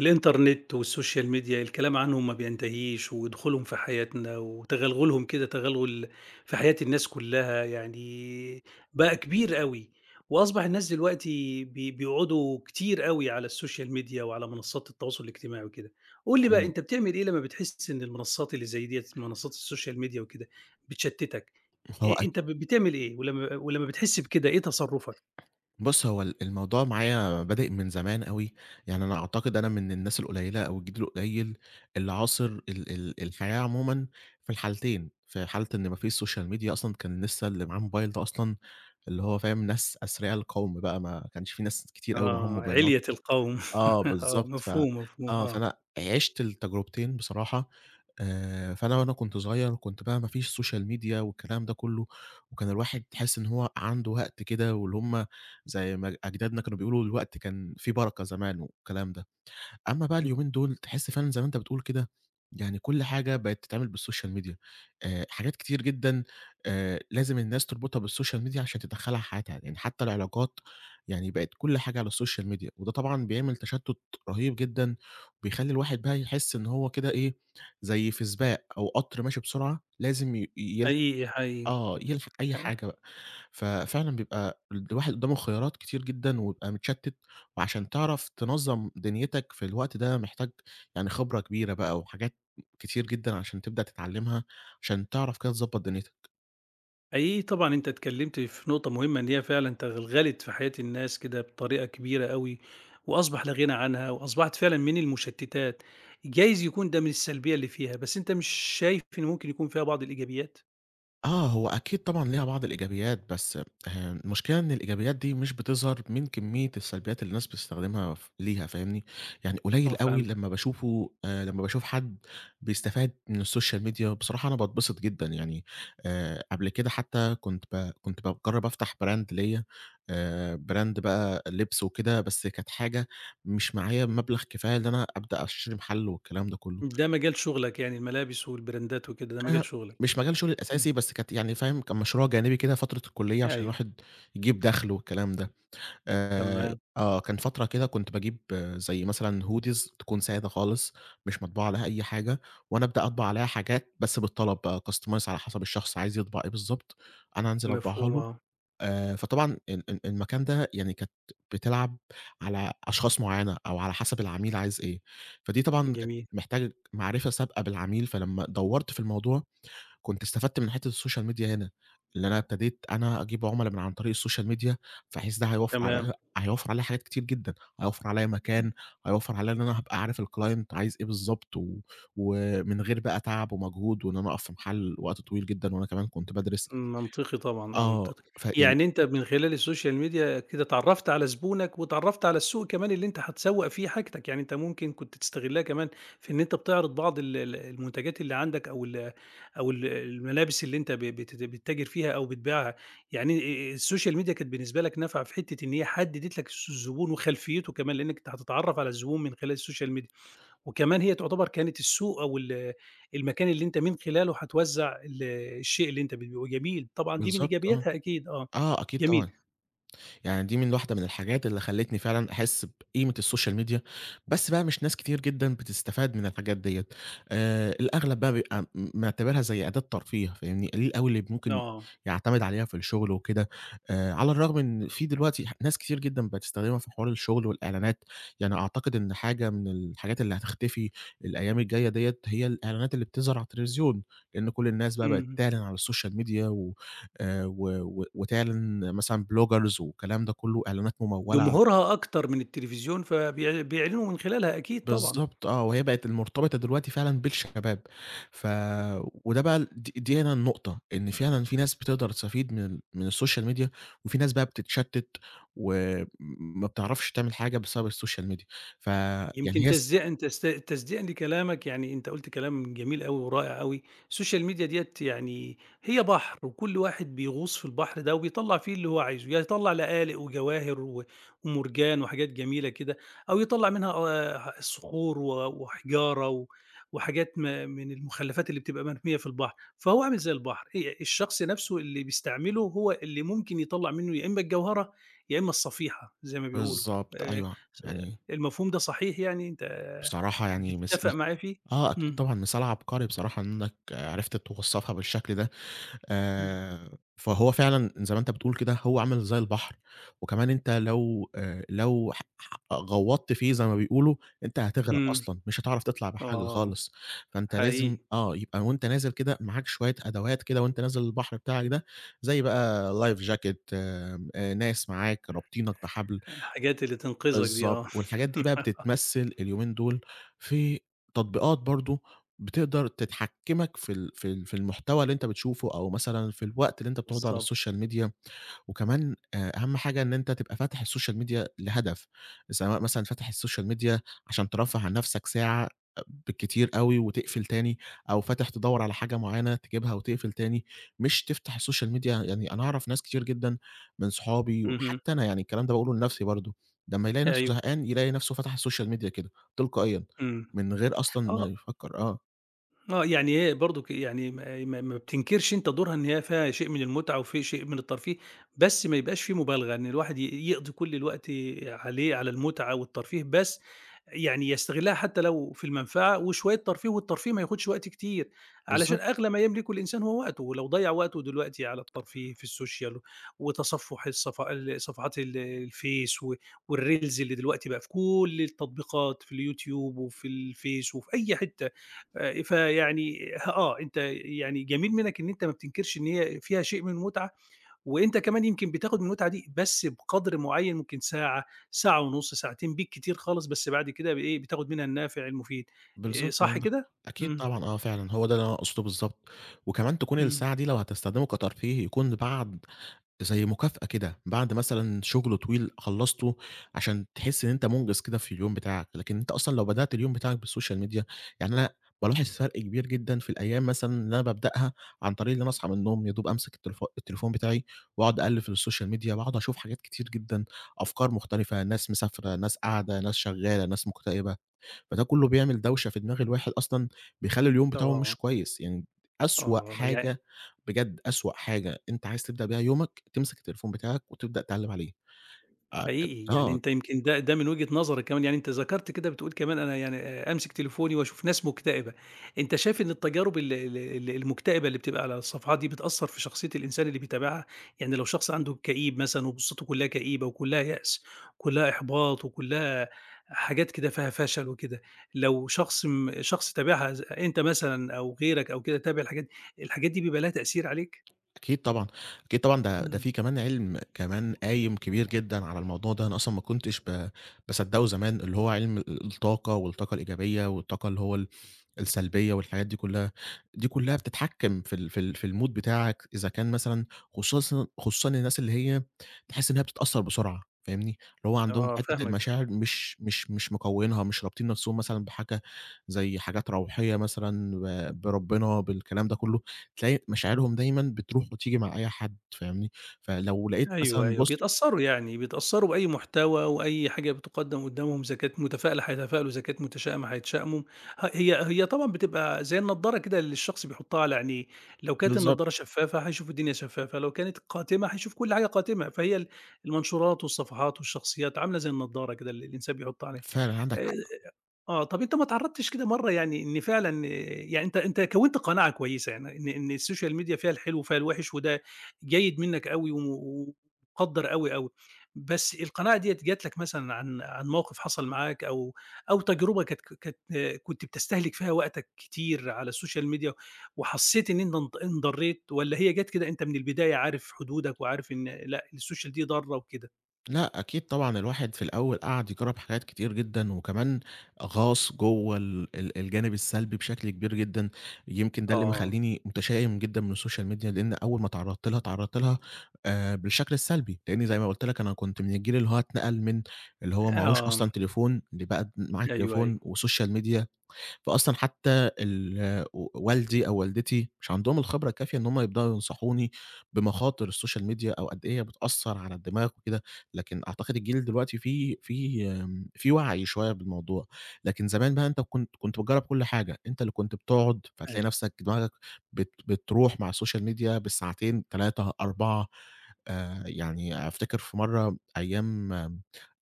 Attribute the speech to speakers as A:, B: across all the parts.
A: الإنترنت والسوشيال ميديا الكلام عنهم ما بينتهيش، ودخولهم في حياتنا وتغلغلهم كده تغلغل في حياة الناس كلّها، يعني بقى كبير أوي، وأصبح الناس دلوقتي بيقعدوا كتير أوي على السوشيال ميديا وعلى منصات التواصل الاجتماعي وكده. قُل لي بقى
B: إمم،
A: أنت بتعمل إيه لمّا بتحس إن المنصات اللي زي ديّة، منصات السوشيال ميديا وكده بتشتتك؟
B: هو
A: أنت
B: أك
A: بتعمل إيه؟ ولمّا بتحس بكده إيه تصرفك؟
B: بُص، هو الموضوع معايا بادئ من زمان أوي، يعني أنا أعتقد أنا من الناس القليلة أو الجيل القليل اللي عاصر ال ال الحياة عمومًا في الحالتين، في حالة إن ما فيش social media أصلًا كان لسه اللي معاه موبايل ده أصلًا اللي هو فاهم، ناس أثرياء القوم بقى، ما كانش في ناس كتير أوي معاهم
A: آه،
B: موبايلات.
A: علية القوم
B: آه
A: آه،
B: بالضبط. ف
A: مفهوم، مفهوم،
B: آه،
A: آه.
B: فأنا عِشت التجربتين بصراحة. فأنا وأنا كنت صغير كنت بقى ما فيش social media والكلام ده كلّه، وكان الواحد تحس إن هو عنده وقت كده واللي هُم زي ما أجدادنا كانوا بيقولوا الوقت كان فيه بركة زمان والكلام ده. أمّا بقى
A: إمم.
B: اليومين دول تحس فعلًا زي ما أنت بتقول كده، يعني كل حاجة بقت تتعمل بالسوشيال ميديا، حاجات كتير جدًا لازم الناس تربطها بالسوشيال ميديا عشان تدخّلها حياتها، يعني حتى العلاقات يعني بقت كل حاجة على السوشيال ميديا، وده طبعًا بيعمل تشتُّت رهيب جدًا، بيخلّي الواحد بقى يحس إن هو كده إيه، زي في سباق أو قطر ماشي بسرعة لازم ي ي
A: حقيقي، حقيقي.
B: آه، يلفت أي حاجة بقى، ففعلًا بيبقى الواحد قدّامه خيارات كتير جدًا ويبقى متشتت، وعشان تعرف تنظّم دنيتك في الوقت ده محتاج يعني خبرة كبيرة بقى وحاجات كتير جدًا عشان تبدأ تتعلمها، عشان تعرف كده تضبّط دنيتك.
A: حقيقي طبعًا أنت اتكلّمت في نقطة مهمة إن هي فعلًا تغلغلت في حياة الناس كده بطريقة كبيرة أوي، وأصبح لا غنى عنها، وأصبحت فعلًا من المشتتات. جايز يكون ده من السلبية اللي فيها، بس أنت مش شايف إن ممكن يكون فيها بعض الإيجابيات؟
B: آه، هو أكيد طبعًا ليها بعض الإيجابيات، بس المشكلة إن الإيجابيات دي مش بتظهر من كمية السلبيات اللي الناس بتستخدمها ليها، فاهمني؟ يعني
A: آه
B: قليل أوي
A: فهمتك.
B: لمّا باشوف حد بيستفاد من السوشيال ميديا، بصراحة أنا باتبسط جدًا يعني. قبل كده حتى كنت باجرّب أفتح براند ليّا، براند بقى لِبس وكده، بس كانت حاجة مش معايا مبلغ كفاية إن أنا أبدأ أشتري محل والكلام ده كلّه.
A: ده مجال شغلك يعني الملابس والبراندات وكده، ده مجال
B: آآ
A: شغلك.
B: مش مجال شغلي
A: إمم،
B: الأساسي، بس كانت يعني فاهم، كان مشروع جانبي كده فترة الكلية عشان
A: أيوه،
B: الواحد يجيب دخْل والكلام ده. آآ
A: تمام،
B: كان فترة كده كنت باجيب زي مثلًا hoodies تكون سادة خالص، مش مطبوع عليها أي حاجة، وأنا أبدأ أطبع عليها حاجات بس بالطلب بقى customize على حسب الشخص عايز يطبع إيه بالضبط، أنا أنزل أطبعها
A: مفهوم
B: له.
A: آه،
B: فطبعًا ال ال المكان ده يعني كانت بتلعب على أشخاص معيّنة أو على حسب العميل عايز إيه، فدي طبعًا كانت
A: جميل،
B: محتاج معرفة سابقة بالعميل، فلمّا دوّرت في الموضوع كنت استفدت من حتّة السوشيال ميديا هنا، اللي أنا ابتديت أنا أجيب عُملا عن طريق السوشيال ميديا، بحيث ده
A: تمام.
B: هيوفّر عليّا حاجات كتير جدًا، هيوفّر عليّا مكان، هيوفّر عليّا إن أنا هابقى عارف الclient عايز إيه بالضبط، ومن غير بقى تعب ومجهود وإن أنا أقف في محل وقت طويل جدًا وأنا كمان كنت بادرس.
A: منطقي طبعًا، آه
B: آه،
A: منطقي.
B: فيعني
A: يعني أنت من خلال السوشيال ميديا كده اتعرّفت على زبونك واتعرّفت على السوق كمان اللي أنت هتسوّق فيه حاجتك، يعني أنت ممكن كنت تستغلها كمان في إن أنت بتعرض بعض ال المنتجات اللي عندك أو ال الملابس اللي أنت ب بت بتتاجر فيها أو بتبيعها، يعني السوشيال ميديا كانت بالنسبة لك نافعة في حتّة إن هي حدّدت لك الزبون وخلفيته كمان، لإنّك أنت هتتعرّف على الزبون من خلال السوشيال ميديا. وكمان هي تعتبر كانت السوق أو المكان اللي أنت من خلاله هتوزّع الشيء اللي أنت بتبيعه، جميل، طبعًا دي من
B: بالضبط. آه،
A: إيجابياتها أكيد آه،
B: آه أكيد
A: جميل،
B: طبعًا. يعني دي من واحدة من الحاجات اللي خلّتني فعلًا أحس بقيمة السوشيال ميديا، بس بقى مش ناس كتير جدًا بتستفاد من الحاجات ديّة. الأغلب بقى بيبقى معتبرها زي أداة ترفيه، فاهمني؟ قليل أوي اللي ممكن
A: آه،
B: يعتمد عليها في الشغل وكده. على الرغم إن في دلوقتي ناس كتير جدًا بتستخدمها في حوار الشغل والإعلانات، يعني أعتقد إن حاجة من الحاجات اللي هتختفي الأيام الجاية ديّة هي الإعلانات اللي بتظهر على التلفزيون، لإن كل الناس بقى بقت
A: إمم،
B: تعلن على السوشيال ميديا و و و وتعلن مثلًا bloggers والكلام ده كلّه، إعلانات ممولة.
A: جمهورها أكتر من التلفزيون بيعلنوا من خلالها أكيد طبعًا.
B: بالضبط آه، وهي بقت المرتبطة دلوقتي فعلًا بالشباب، ف وده بقى ال دي دي هنا النقطة، إن فعلًا في ناس بتقدر تستفيد من السوشيال ميديا، وفي ناس بقى بتتشتت وم ما بتعرفش تعمل حاجة بسبب السوشيال ميديا،
A: يمكن
B: فيعني هي الس
A: تشجيعًا لكلامك، يعني أنت قُلت كلام جميل أوي ورائع أوي، السوشيال ميديا ديّة يعني هي بحر وكل واحد بيغوص في البحر ده وبيطلّع فيه اللي هو عايزه، يا يطلّع لآلئ وجواهر ومرجان وحاجات جميلة كده، أو يطلّع منها صخور وحجارة وحاجات من المخلفات اللي بتبقى مرمية في البحر، فهو عامل زي البحر، هي الشخص نفسه اللي بيستعمله هو اللي ممكن يطلّع منه يا إما الجوهرة، يا إما الصفيحة زي ما بيقولوا.
B: بالضبط،
A: آآ
B: أيوه.
A: ص
B: يعني
A: المفهوم ده صحيح يعني أنت
B: بصراحة يعني مس
A: بتتفق
B: مس
A: معايا فيه؟
B: آه أكيد
A: إمم،
B: طبعًا، مثال عبقري بصراحة إنك عرفت توصّفها بالشكل ده.
A: إمم،
B: آآ، فهو فعلًا زي ما أنت بتقول كده، هو عامل زي البحر، وكمان أنت لو لو ح ح غوّطت فيه زي ما بيقولوا، أنت هتغرق
A: إمم،
B: أصلًا، مش هتعرف تطلع بحاجة
A: آه،
B: خالص، فأنت لازم
A: حقيقي،
B: يبقى وأنت نازل كده معاك شوية أدوات كده وأنت نازل البحر بتاعك ده، زي بقى life jacket، آمم، ناس معاك رابطينك بحبل.
A: الحاجات اللي تنقذك دي
B: بالضبط،
A: آه،
B: والحاجات دي بقى بتتمثّل اليومين دول في تطبيقات برضه بتقدر تتحكّمك في المحتوى اللي أنت بتشوفه، أو مثلًا في الوقت اللي أنت بتقعده على
A: بالضبط،
B: السوشيال ميديا، وكمان أهم حاجة إن أنت تبقى فاتح السوشيال ميديا لهدف، سواء مثلًا فاتح السوشيال ميديا عشان ترفّه عن نفسك ساعة بالكتير أوي وتقفل تاني، أو فاتح تدوّر على حاجة معيّنة تجيبها وتقفل تاني، مش تفتح السوشيال ميديا. يعني أنا أعرف ناس كتير جدًا من صحابي
A: اهم،
B: وحتى أنا يعني الكلام ده باقوله لنفسي برضه، لمّا يلاقي نفسه
A: أيوه،
B: زهقان يلاقي نفسه فتح السوشيال ميديا كده تلقائيًا،
A: إمم،
B: من غير أصلًا ما
A: آه.
B: يفكّر.
A: آه، يعني هي برضُك يعني ما بتنكرش أنت دورها إن هي فيها شيء من المتعة وفي شيء من الترفيه، بس ما يبقاش في مبالغة، إن الواحد يقضي كل الوقت عليه على المتعة والترفيه بس، يعني يستغلها حتى لو في المنفعة وشوية ترفيه، والترفيه ما ياخدش وقت كتير، علشان
B: بالضبط.
A: أغلى ما يملكه الإنسان هو وقته، لو ضيّع وقته دلوقتي على الترفيه في السوشيال وتصفُّح الصف ال صفحات الفيس والريلز اللي دلوقتي بقى في كل التطبيقات، في اليوتيوب وفي الفيس وفي أي حتة. فيعني أنت يعني جميل منّك إن أنت ما بتنكرش إن هي فيها شيء من المتعة، وأنت كمان يمكن بتاخد من المتعة دي بس بقدر معيّن ممكن ساعة، ساعة ونُص، ساعتين بالكتير خالص، بس بعد كده إيه، بتاخد منها النافع المفيد.
B: بالضبط،
A: صح
B: عندك حق.
A: كده؟
B: أكيد
A: إمم،
B: طبعًا فعلًا، هو ده اللي أنا أقصده بالضبط. وكمان تكون
A: إمم.
B: الساعة دي لو هتستخدمه كترفيه يكون بعد زي مكافأة كده، بعد مثلًا شغل طويل خلّصته عشان تحس إن أنت مُنجز كده في اليوم بتاعك، لكن أنت أصلًا لو بدأت اليوم بتاعك بالسوشيال ميديا يعني أنا بالاحظ فرق كبير جدًا في الأيام مثلًا اللي أنا بابدأها عن طريق إن أنا أصحى من النوم يا دوب أمسك التليفون بتاعي، وأقعد أقلِّب في السوشيال ميديا وأقعد أشوف حاجات كتير جدًا، أفكار مختلفة، ناس مسافرة، ناس قاعدة، ناس شغّالة، ناس مكتئبة. فده كله بيعمل دوشة في دماغ الواحد أصلًا، بيخلّي اليوم بتاعه
A: آه،
B: مش كويس، يعني أسوأ
A: آه،
B: حاجة، بجد أسوأ حاجة أنت عايز تبدأ بيها يومك، تمسك التليفون بتاعك وتبدأ تقلِّب عليه. آآ،
A: حقيقي، يعني
B: آه،
A: أنت يمكن ده من وجهة نظرك كمان، يعني أنت ذكرت كده بتقول كمان أنا يعني أمسك تليفوني وأشوف ناس مكتئبة، أنت شايف إن التجارب ال المكتئبة اللي بتبقى على الصفحات دي بتأثّر في شخصية الإنسان اللي بيتابعها؟ يعني لو شخص عنده كئيب مثلًا وقصته كلّها كئيبة وكلّها يأس، كلّها إحباط وكلّها حاجات كده فيها فشل وكده، لو شخص شخص تابعها أنت مثلًا أو غيرك أو كده تابع الحاجات دي، الحاجات دي بيبقى لها تأثير عليك؟
B: أكيد طبعًا، أكيد طبعًا ده
A: إمم.
B: في كمان علم كمان قايم كبير جدًا على الموضوع ده، أنا أصلًا ما كنتش باصدّقه زمان، اللي هو علم الطاقة والطاقة الإيجابية والطاقة اللي هو السلبية والحاجات دي كلّها، دي كلّها بتتحكم في الmood بتاعك إذا كان مثلًا، خصوصًا خصوصًا الناس اللي هي تحس إنها بتتأثّر بسرعة، فاهمني؟ اللي هو عندهم
A: آه،
B: حتّة
A: فاهمك.
B: المشاعر مش مكوّنينها، مش رابطين نَفْسهم مثلًا بحاجة زي حاجات روحية مثلًا بربنا بالكلام ده كلّه، تلاقي مشاعرهم دايمًا بتروح وتيجي مع أي حد، فاهمني؟ فلو لقيت
A: أيوه،
B: مثلًا
A: أيوه،
B: بوست.
A: بيتأثّروا يعني، بيتأثّروا بأي محتوى وأي حاجة بتُقدّم قُدّامهم إذا كانت متفائلة هيتفائلوا، إذا كانت متشائمة هيتشائموا، ه هي هي طبعًا بتبقى زي النضارة كده اللي الشخص بيحُطّها على عينيه، لو كانت
B: بالضبط،
A: النضارة شفّافة هيشوف الدنيا شفّافة، لو كانت قاتمة هيشوف كل حاجة قاتمة، فهي المنشورات والصفحات والشخصيات عاملة زي النضارة كده اللي الإنسان بيحُطّها عليها.
B: فعلًا عندك
A: آآ
B: حق.
A: طب أنت ما اتعرّضتش كده مرّة يعني إن فعلًا يعني أنت كوّنت قناعة كويسة يعني إن الSocial Media فيها الحلو وفيها الوِحِش وده جيد منّك أوي ومُقدّر أوي، أوي، بس القناعة ديّة جات لك مثلًا عن موقِف حصل معاك أو تجربة كانت كنت بتستهلك فيها وقتك كتير على الSocial Media وحسّيت إن أنت انضريت والّا هي جات كده أنت من البداية عارف حدودك وعارف إن لأ الSocial دي ضارّة وكده؟
B: لأ، أكيد طبعًا الواحد في الأول قعد يجرّب حاجات كتير جدًا، وكمان غاص جوّه ال ال الجانب السلبي بشكل كبير جدًا، يمكن ده اللي
A: آه.
B: مخلّيني متشائم جدًا من السوشيال ميديا، لإن أول ما اتعرّضت لها، اتعرّضت لها بالشكل السلبي، لإني زي ما قُلت لك أنا كنت من الجيل اللي هو اتنقل من اللي هو معهوش
A: آه،
B: أصلًا تليفون لبقى معاه
A: أيوه، أيوه،
B: تليفون وسوشيال ميديا، فأصلًا حتى والدي أو والدتي مش عندهم الخبرة الكافية إن هم يبدأوا ينصحوني بمخاطر الSocial media أو قد إيه هي بتأثّر على الدماغ وكده، لكن أعتقد الجيل دلوقتي فيه وعي شوية بالموضوع، لكن زمان بقى أنت كنت بتجرّب كل حاجة، أنت اللي كنت بتقعد، فتلاقي
A: أيوه.
B: نَفْسك دماغك بتروح مع الSocial media بالساعتين، 3، 4. يعني أفتكر في مرّة أيام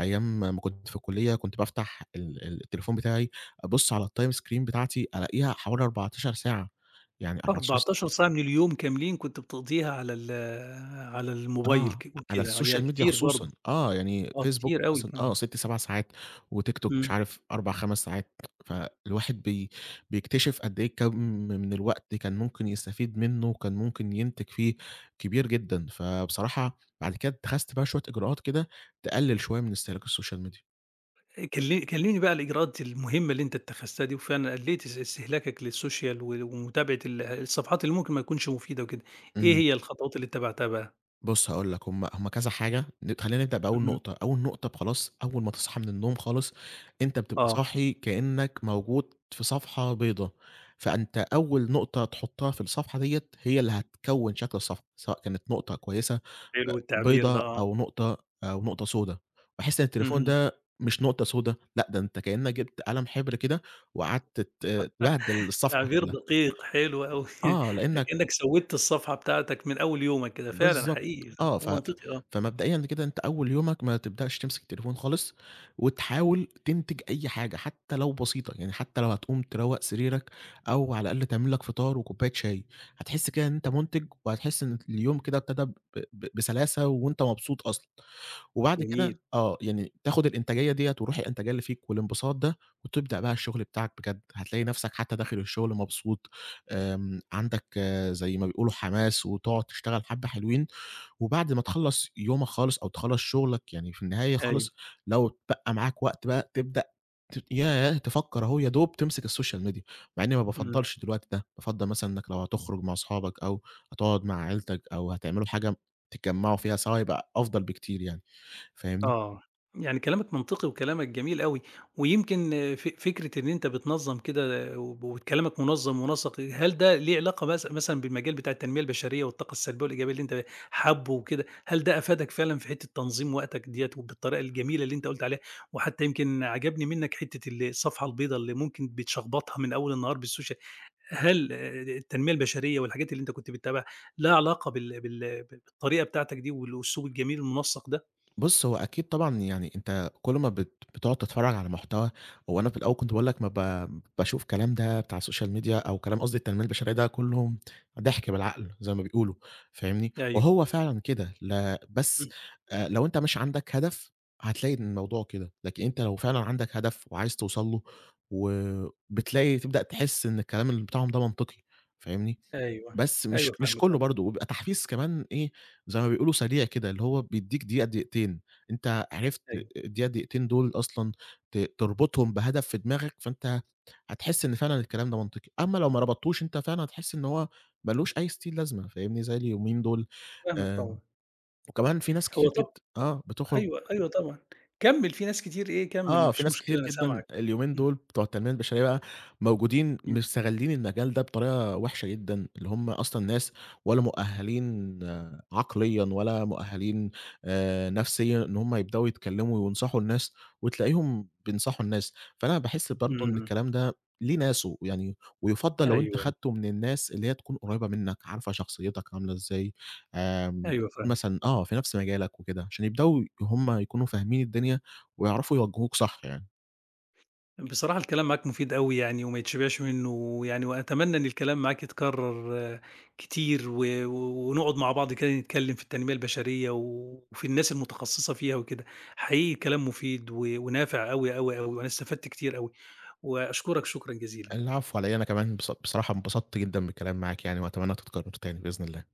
B: أيام ما كنت في الكُلّية، كنت بافتح ال ال التليفون بتاعي أبُص على الtime screen بتاعتي ألاقيها حوالي 14 ساعة، يعني 14 س
A: 14 ساعة من اليوم كاملين كنت بتقضيها على ال على الموبايل
B: آه، على
A: وكده، هي
B: السوشيال ميديا
A: كتير برضه،
B: خصوصًا، آه، يعني
A: آه
B: فيسبوك
A: كتير أوي،
B: مثلًا آه،
A: آه،
B: 6، 7 ساعات، وتيك توك مش
A: إمم.
B: عارف 4، 5 ساعات، فالواحد بيكتشف قد إيه كم من الوقت كان ممكن يستفيد منه وكان ممكن ينتج فيه كبير جدًا، فبصراحة بعد كده اتخذت بقى شوية إجراءات كده تقلل شوية من استهلاك السوشيال ميديا.
A: كلمني بقى على الإجراءات المهمة اللي أنت اتخذتها دي، وفعلًا قلّلت استهلاكك للسوشيال ومتابعة الصفحات اللي ممكن ما تكونش مفيدة وكده، إيه
B: إمم.
A: هي الخطوات اللي اتبعتها بقى؟
B: بُص هاقول لك، هم كذا حاجة، خلّينا نبدأ بأول
A: اهم،
B: نقطة، أول نقطة خلاص، أول ما تصحى من النوم خالص، أنت بتبقى
A: آه،
B: صاحي كإنك موجود في صفحة بيضا، فأنت أول نقطة تحطها في الصفحة ديّة هي اللي هتكوّن شكل الصفحة، سواء كانت نقطة كويسة
A: حلو التعبير ده
B: بيضا
A: آه،
B: أو نقطة سودا، باحس إن التليفون
A: اهم،
B: ده مش نقطة سودا، لأ، ده أنت كإنك جبت قلم حبر كده وقعدت تبهدل الصفحة
A: تعبير
B: كلّها،
A: دقيق حلو أوي،
B: آه لإنك
A: كأنك سوّدت الصفحة بتاعتك من أول يومك كده، فعلًا
B: بالضبط،
A: حقيقي
B: آه، ف
A: ومنطقي آه،
B: فمبدئيًا كده أنت أول يومك ما تبدأش تمسك التليفون خالص، وتحاول تنتج أي حاجة حتى لو بسيطة، يعني حتى لو هتقوم تروّق سريرك أو على الأقل تعمل لك فطار وكوباية شاي، هتحس كده إن أنت مُنتِج وهتحس إن اليوم كده ابتدى ب ب بسلاسة وأنت مبسوط أصلًا. وبعد
A: جميل،
B: كده يعني تاخد الإنتاجية ديّة وروح الإنتاجية اللي فيك والانبساط ده، وتبدأ بقى الشغل بتاعك بجد، هتلاقي نفسك حتى داخل الشغل مبسوط، عندك زي ما بيقولوا حماس، وتقعد تشتغل حبة حلوين، وبعد ما تخلّص يومك خالص أو تخلّص شغلك يعني في النهاية
A: أيوه،
B: خالص، لو اتبقى معاك وقت بقى تبدأ ت ياه! تفكّر أهو يا دوب تمسك السوشيال ميديا، مع إني ما
A: إمم.
B: بافضّلش دلوقتي ده، بافضّل مثلًا إنك لو هتخرج مع أصحابك أو هتقعد مع عيلتك أو هتعملوا حاجة تتجمّعوا فيها سوا يبقى أفضل بكتير يعني. فاهمني؟
A: آه، يعني كلامك منطقي وكلامك جميل أوي، ويمكن فكرة إن أنت بتنظّم كده وكلامك منظّم ومنسّق، هل ده ليه علاقة مثلًا بالمجال بتاع التنمية البشرية والطاقة السلبية والإيجابية اللي أنت حابه وكده، هل ده أفادك فعلًا في حتة تنظيم وقتك ديّة وبالطريقة الجميلة اللي أنت قُلت عليها، وحتى يمكن عجبني منك حتة الصفحة البيضا اللي ممكن بتشخبطها من أول النهار بالسوشيال، هل التنمية البشرية والحاجات اللي أنت كنت بتتابعها لها علاقة بالطريقة بتاعتك دي والأسلوب الجميل المنسّق ده؟
B: بُص، هو أكيد طبعًا يعني أنت كل ما بتقعد تتفرّج على محتوى، هو أنا في الأول كنت باقول لك ما باشوف كلام ده بتاع السوشيال ميديا أو كلام قصدي التنمية البشرية ده كُلّه ضحك بالعقل زي ما بيقولوا، فاهمني؟
A: أيوه.
B: وهو فعلًا كده، لا بس
A: إمم.
B: لو أنت مش عندك هدف هتلاقي إن الموضوع كده، لكن أنت لو فعلًا عندك هدف وعايز توصل له وبتلاقي تبدأ تحس إن الكلام اللي بتاعهم ده منطقي، فاهمني؟
A: أيوه،
B: بس مش
A: أيوه
B: مش
A: فاهمِك
B: كلّه
A: آه،
B: برضه، وبيبقى تحفيز كمان إيه، زي ما بيقولوا سريع كده، اللي هو بيدّيك دقيقة، دقيقتين، أنت عرفت
A: أيوه،
B: الدقيقة، دقيقتين دول أصلًا تربطهم بهدف في دماغك، فأنت هتحس إن فعلًا الكلام ده منطقي، أمّا لو ما ربطتوش أنت فعلًا هتحس إن هو ما لوش أي ستين لازمة، فاهمني، زي اليومين دول.
A: فاهمِك
B: آآ،
A: طبعًا.
B: وكمان في ناس
A: هو
B: كتير جدًا
A: طب
B: آه، بتخرج
A: أيوه، أيوه طبعًا. كمّل، في ناس كتير إيه، كمّل ما
B: آه، في
A: فيش
B: ناس
A: مشكلة
B: كتير
A: أنا
B: جدًا
A: سامعك.
B: اليومين
A: إمم،
B: دول بتوع التنمية البشرية بقى موجودين مستغلّين المجال ده بطريقة وحشة جدًا، اللي هم أصلًا ناس ولا مؤهلين عقليًا ولا مؤهلين نفسيًا إن هم يبدؤوا يتكلموا وينصحوا الناس، وتلاقيهم بينصحوا الناس، فأنا باحس برضه
A: إمم،
B: إن
A: إمم.
B: الكلام ده ليه ناسه يعني، ويُفضّل
A: أيوه،
B: لو أنت
A: أيوه،
B: خدته من الناس اللي هي تكون قريبة منك، عارفة شخصيتك عاملة إزاي،
A: أيوه
B: تكون
A: فاهمِك.
B: مثلًا في نفس مجالك وكده، عشان يبدؤوا هم يكونوا فاهمين الدنيا ويعرفوا يوجّهوك صح يعني.
A: بصراحة الكلام معاك مفيد أوي يعني وما يتشبعش منّه، ويعني وأتمنى إن الكلام معاك يتكرر كتير و و ونقعد مع بعض كده نتكلّم في التنمية البشرية وفي الناس المتخصصة فيها وكده. حقيقي كلام مفيد ونافع أوي، أوي، أوي، وأنا استفدت كتير أوي، وأشكرك شكرًا جزيلًا.
B: العفو على إيه، أنا كمان بصراحة انبسطت جدًا بالكلام معاك يعني وأتمنى تتكرر تاني بإذن الله.